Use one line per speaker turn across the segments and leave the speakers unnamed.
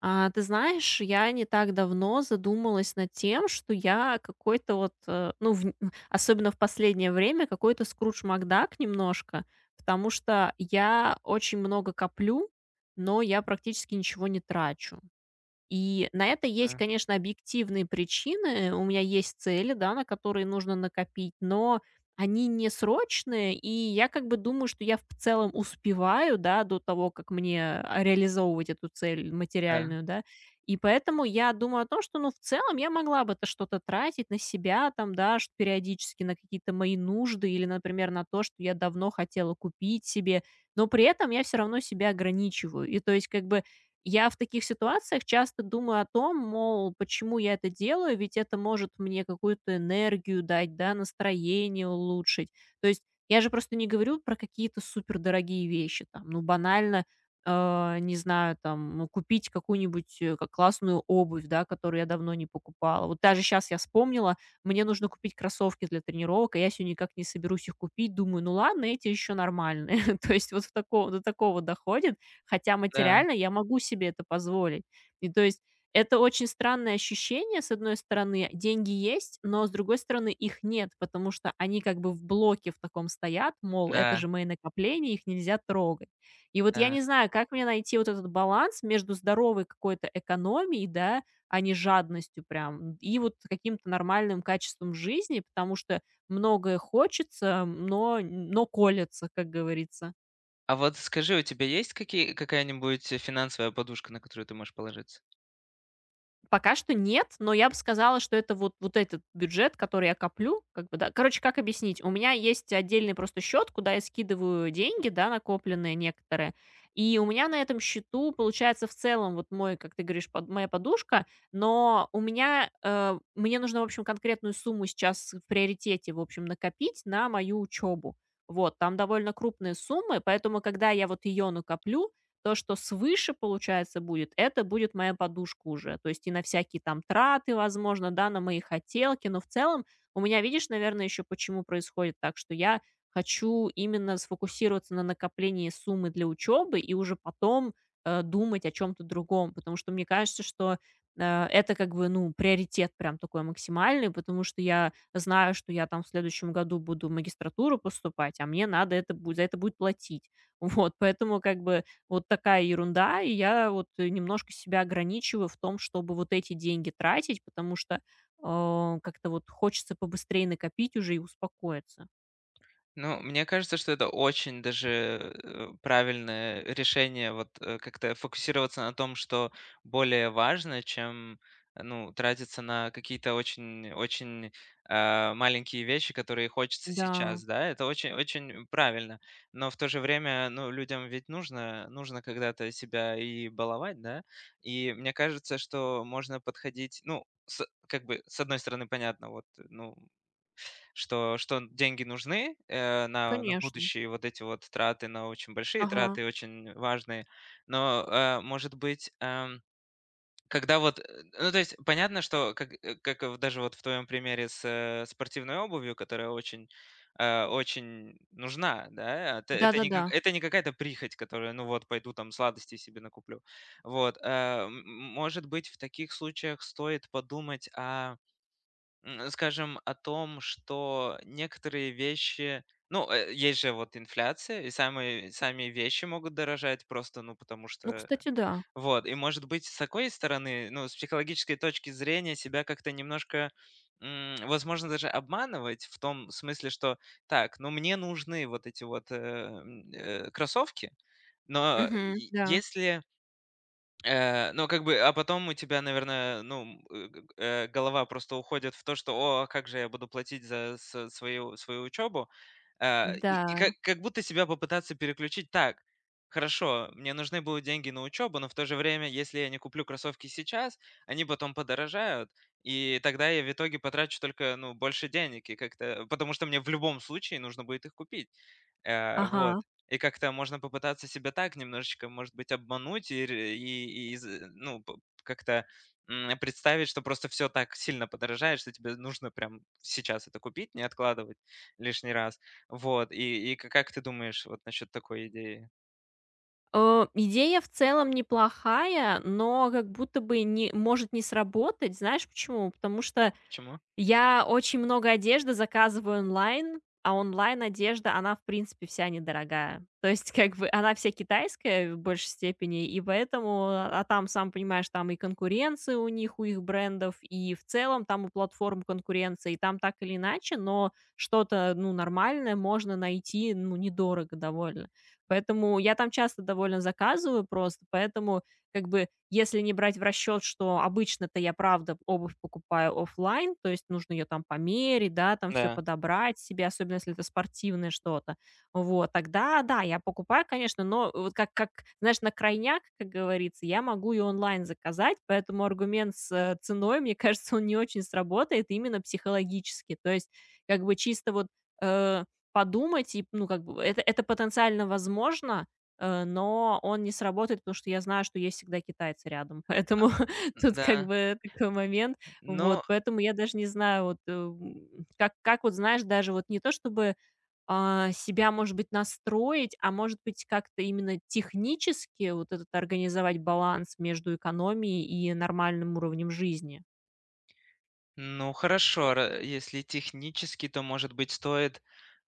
Ты знаешь, я не так давно задумалась над тем, что я какой-то вот, особенно в последнее время, какой-то Скрудж Макдак немножко, потому что я очень много коплю, но я практически ничего не трачу. И на это есть,
Да,
конечно, объективные причины. У меня есть цели, да, на которые нужно накопить, но они не срочные, и я как бы думаю, что я в целом успеваю, да, до того, как мне реализовывать эту цель
да,
материальную, да. И поэтому я думаю о том, что, ну, в целом я могла бы это что-то тратить на себя, там, да, периодически на какие-то мои нужды или, например, на то, что я давно хотела купить себе, но при этом я все равно себя ограничиваю. И то есть как бы я в таких ситуациях часто думаю о том, мол, почему я это делаю, ведь это может мне какую-то энергию дать, да, настроение улучшить. То есть я же просто не говорю про какие-то супердорогие вещи, там, ну, банально, не знаю, там, ну, купить какую-нибудь э, как классную обувь, да, которую я давно не покупала. Вот даже сейчас я вспомнила, мне нужно купить кроссовки для тренировок, а я сегодня никак не соберусь их купить. Думаю, ну ладно, эти еще нормальные. То есть вот в такого, до такого доходит, хотя
да,
материально я могу себе это позволить. И то есть это очень странное ощущение: с одной стороны, деньги есть, но с другой стороны их нет, потому что они как бы в блоке в таком стоят, мол, это
да,
же мои накопления, их нельзя трогать. И вот я
да.
не знаю, как мне найти вот этот баланс между здоровой какой-то экономией, да, а не жадностью прям, и вот каким-то нормальным качеством жизни, потому что многое хочется, но колется, как говорится.
А вот скажи, у тебя есть какие какая-нибудь, финансовая подушка, на которую ты можешь положиться?
Пока что нет, но я бы сказала, что это вот этот бюджет, который я коплю, как бы, да. Короче, как объяснить? У меня есть отдельный просто счет, куда я скидываю деньги, да, накопленные некоторые. И у меня на этом счету, получается, в целом вот мой, как ты говоришь, моя подушка, но у меня, мне нужно, в общем, конкретную сумму сейчас в приоритете, в общем, накопить на мою учебу. Вот, там довольно крупные суммы, поэтому, когда я вот ее накоплю, то, что свыше, получается, будет, это будет моя подушка уже. То есть и на всякие там траты, возможно, да, на мои хотелки. Но в целом у меня, видишь, наверное, еще почему происходит так, что я хочу именно сфокусироваться на накоплении суммы для учебы и уже потом думать о чем-то другом. Потому что мне кажется, что это как бы, ну, приоритет прям такой максимальный, потому что я знаю, что я там в следующем году буду в магистратуру поступать, а мне надо это будет, за это будет платить. Вот, поэтому как бы вот такая ерунда. И я немножко себя ограничиваю в том, чтобы вот эти деньги тратить, потому что, как-то вот хочется побыстрее накопить уже и успокоиться.
Ну, мне кажется, что это очень даже правильное решение, вот, как-то фокусироваться на том, что более важно, чем ну, тратиться на какие-то очень, очень маленькие вещи, которые хочется
Да,
сейчас, да, это очень, очень правильно. Но в то же время, ну, людям ведь нужно, нужно когда-то себя и баловать, да, и мне кажется, что можно подходить, ну, как бы, с одной стороны, понятно, вот, ну, что деньги нужны, на
конечно.
будущие вот эти вот траты, на очень большие
Ага.
траты, очень важные. Но, может быть, когда вот, ну, то есть понятно, что как, как в, даже вот в твоем примере с, спортивной обувью, которая очень, очень нужна, да. Это не
Да-да-да.
как это не какая-то прихоть, которая, ну вот, пойду там сладостей себе накуплю. Вот, может быть, в таких случаях стоит подумать о, скажем, о том, что некоторые вещи, ну, есть же вот инфляция, и самые, сами вещи могут дорожать просто, ну, потому
Ну,
что,
кстати, да.
вот, и может быть с такой стороны, ну, с психологической точки зрения себя как-то немножко, возможно, даже обманывать в том смысле, что, так, ну, мне нужны вот эти вот кроссовки, но
Мгм. Да.
если. Ну, как бы, а потом у тебя, наверное, ну, голова просто уходит в то, что, о, а как же я буду платить за свою учебу. И
Да.
как будто себя попытаться переключить так. Хорошо, мне нужны будут деньги на учебу, но в то же время, если я не куплю кроссовки сейчас, они потом подорожают, и тогда я в итоге потрачу только, ну, больше денег, и как-то, потому что мне в любом случае нужно будет их купить. Вот.
Ага.
И как-то можно попытаться себя так немножечко, может быть, обмануть и как-то представить, что просто все так сильно подорожает, что тебе нужно прям сейчас это купить, не откладывать лишний раз. Вот. И как ты думаешь вот насчет такой идеи?
Идея в целом неплохая, но как будто бы не может не сработать. Знаешь почему? Потому что
Почему?
я очень много одежды заказываю онлайн, а онлайн одежда, она, в принципе, вся недорогая. То есть, как бы, она вся китайская в большей степени, и поэтому, а там, сам понимаешь, там и конкуренция у них, у их брендов, и в целом там у платформ конкуренция, и там так или иначе, но что-то, ну, нормальное можно найти, ну, недорого довольно. Поэтому я там часто довольно заказываю просто, поэтому как бы, если не брать в расчет, что обычно-то я, правда, обувь покупаю оффлайн, то есть нужно ее там померить, да, там все
Да.
подобрать себе, особенно если это спортивное что-то. Вот, тогда да, я покупаю, конечно, но вот как, знаешь, на крайняк, как говорится, я могу и онлайн заказать, поэтому аргумент с ценой, мне кажется, он не очень сработает именно психологически. То есть, как бы, чисто вот, э, подумать и, ну, как бы, это потенциально возможно. Но он не сработает, потому что я знаю, что есть всегда китайцы рядом. Поэтому тут как
Да.
бы такой момент. Вот,
Но.
поэтому я даже не знаю, вот, как вот, знаешь, даже вот не то чтобы, себя, может быть, настроить, а может быть, как-то именно технически вот этот организовать баланс между экономией и нормальным уровнем жизни.
Ну хорошо, ра если технически, то, может быть, стоит,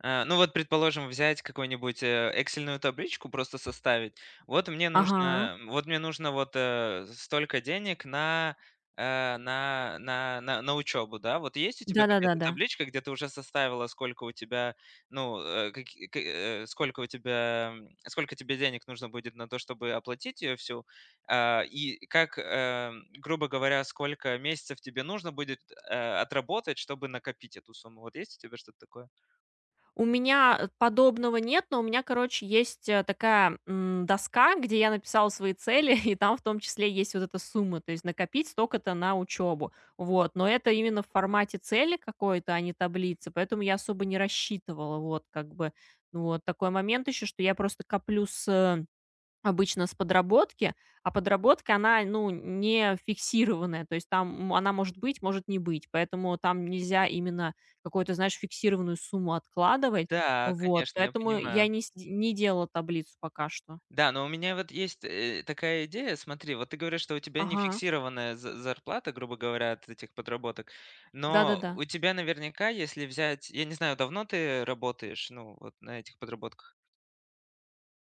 ну вот, предположим, взять какую-нибудь, эксельную табличку, просто составить. Вот мне
Ага.
нужно вот мне нужно вот, столько денег на, на учебу, да. Вот есть у тебя какая-то
Да-да-да-да.
табличка, где ты уже составила, сколько у тебя, ну, сколько у тебя, сколько тебе денег нужно будет на то, чтобы оплатить ее всю? А и как, грубо говоря, сколько месяцев тебе нужно будет, э, отработать, чтобы накопить эту сумму? Вот есть у тебя что-то такое?
У меня подобного нет, но у меня, короче, есть такая, доска, где я написала свои цели, и там в том числе есть вот эта сумма, то есть накопить столько-то на учебу. Вот, но это именно в формате цели какой-то, а не таблицы, поэтому я особо не рассчитывала. Вот как бы, ну, вот такой момент еще, что я просто коплю с, э Обычно с подработки, а подработка, она, ну, не фиксированная, то есть там она может быть, может не быть, поэтому там нельзя именно какую-то, знаешь, фиксированную сумму откладывать.
Да,
Вот,
конечно, я
поэтому
понимаю.
я не делала таблицу пока что.
Да, но у меня вот есть, такая идея. Смотри, вот ты говоришь, что у тебя не
Ага.
фиксированная за зарплата, грубо говоря, от этих подработок, но
Да-да-да.
у тебя наверняка, если взять, я не знаю, давно ты работаешь, ну, вот на этих подработках?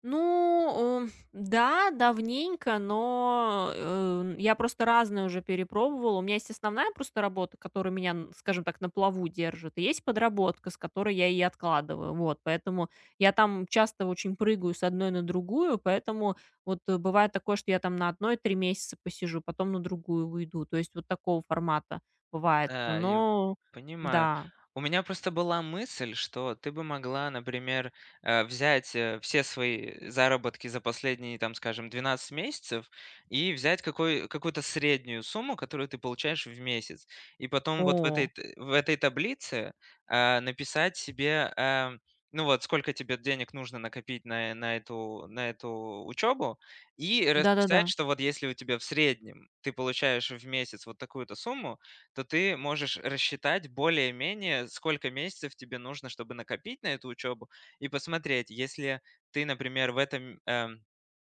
Ну, да, давненько, но, я просто разные уже перепробовала. У меня есть основная просто работа, которая меня, н скажем так, на плаву держит, и есть подработка, с которой я и откладываю. Вот, поэтому я там часто очень прыгаю с одной на другую, поэтому бывает такое, что я там на одной 3 месяца посижу, потом на другую уйду. То есть вот такого формата бывает.
Да, я
Но
понимаю.
да.
У меня просто была мысль, что ты бы могла, например, взять, все свои заработки за последние, там, скажем, 12 месяцев и взять какую-то среднюю сумму, которую ты получаешь в месяц. И потом вот в этой,
О,
в этой таблице написать себе, ну вот, сколько тебе денег нужно накопить на, на эту учебу, и
да-да-да.
расписать, что вот если у тебя в среднем ты получаешь в месяц вот такую-то сумму, то ты можешь рассчитать более-менее, сколько месяцев тебе нужно, чтобы накопить на эту учебу, и посмотреть, если ты, например, в этом,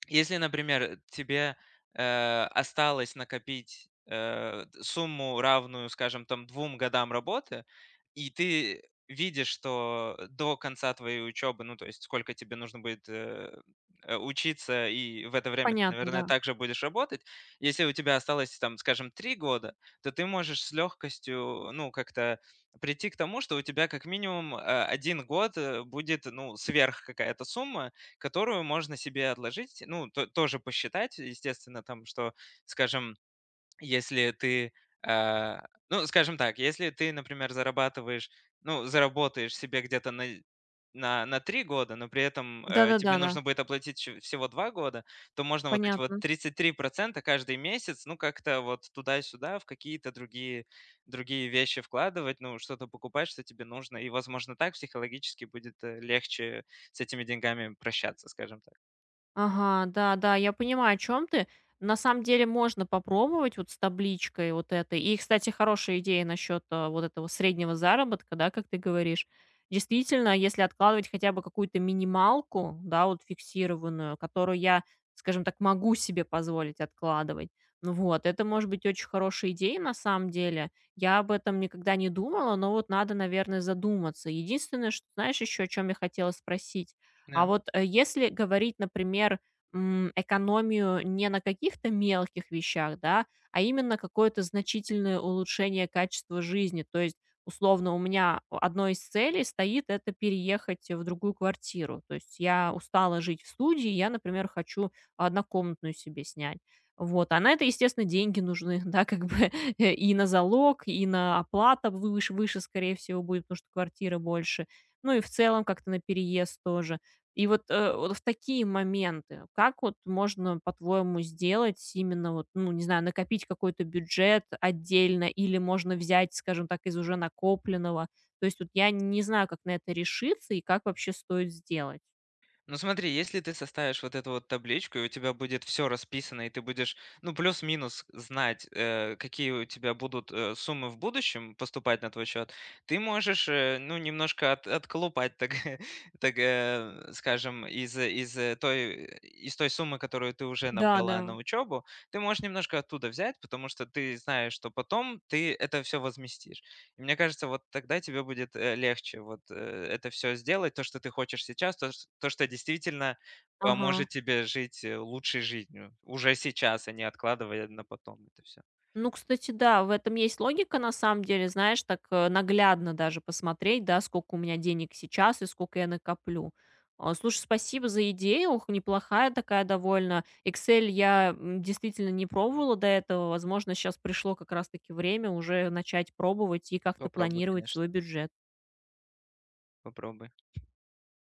если, например, тебе, осталось накопить, сумму, равную, скажем, там 2 годам работы, и ты видишь, что до конца твоей учебы, ну, то есть сколько тебе нужно будет, учиться, и в это время ты,
Понятно,
наверное,
да.
также будешь работать. Если у тебя осталось, там, скажем, 3 года, то ты можешь с легкостью, ну, как-то прийти к тому, что у тебя как минимум, 1 год, будет, ну, сверх какая-то сумма, которую можно себе отложить. Ну, то тоже посчитать, естественно, там, что, скажем, если ты, э, ну, скажем так, если ты, например, зарабатываешь, ну, заработаешь себе где-то на 3 года, но при этом тебе
Да-да-да, да.
нужно будет оплатить всего 2 года, то можно вот эти вот
Понятно.
33% каждый месяц, ну, как-то вот туда-сюда в какие-то другие, другие вещи вкладывать, ну, что-то покупать, что тебе нужно, и, возможно, так психологически будет легче с этими деньгами прощаться, скажем
Ага, да-да, я понимаю, о чем ты. На самом деле можно попробовать вот с табличкой вот этой. И, кстати, хорошая идея насчет вот этого среднего заработка, да, как ты говоришь. Действительно, если откладывать хотя бы какую-то минималку, да, вот фиксированную, которую я, скажем так, могу себе позволить откладывать. Ну вот, это может быть очень хорошая идея на самом деле. Я об этом никогда не думала, но вот надо, наверное, задуматься. Единственное, что, знаешь, еще о чем я хотела спросить? А
так.
вот, если говорить, например, экономию не на каких-то мелких вещах, да, а именно какое-то значительное улучшение качества жизни. То есть, условно, у меня одной из целей стоит это переехать в другую квартиру. То есть я устала жить в студии, я, например, хочу однокомнатную себе снять. Вот, а на это, естественно, деньги нужны, да, как бы и на залог, и на оплата выше, скорее всего, будет, потому что квартира больше. Ну и в целом как-то на переезд тоже. И вот, вот в такие моменты, как вот можно, по-твоему, сделать именно вот, ну, не знаю, накопить какой-то бюджет отдельно или можно взять, скажем так, из уже накопленного? То есть вот я не знаю, как на это решиться и как вообще стоит сделать.
Ну смотри, если ты составишь вот эту вот табличку, и у тебя будет все расписано, и ты будешь, ну, плюс-минус знать, какие у тебя будут суммы в будущем поступать на твой счет, ты можешь, ну, немножко отколупать, так, так, скажем, той, из той суммы, которую ты уже
Да, да.
набрала на учебу, ты можешь немножко оттуда взять, потому что ты знаешь, что потом ты это все возместишь. И мне кажется, вот тогда тебе будет, легче вот, это все сделать, то, что ты хочешь сейчас, то, ш то, что действительно поможет
Ага.
тебе жить, лучшей жизнью уже сейчас, а не откладывая на потом это все.
Ну, кстати, да, в этом есть логика, на самом деле, знаешь, так наглядно даже посмотреть, да, сколько у меня денег сейчас и сколько я накоплю. А, слушай, спасибо за идею, ух, неплохая такая довольно. Excel я действительно не пробовала до этого, возможно, сейчас пришло как раз-таки время уже начать пробовать и как-то
Попробуй,
планировать
конечно,
свой бюджет.
попробуй.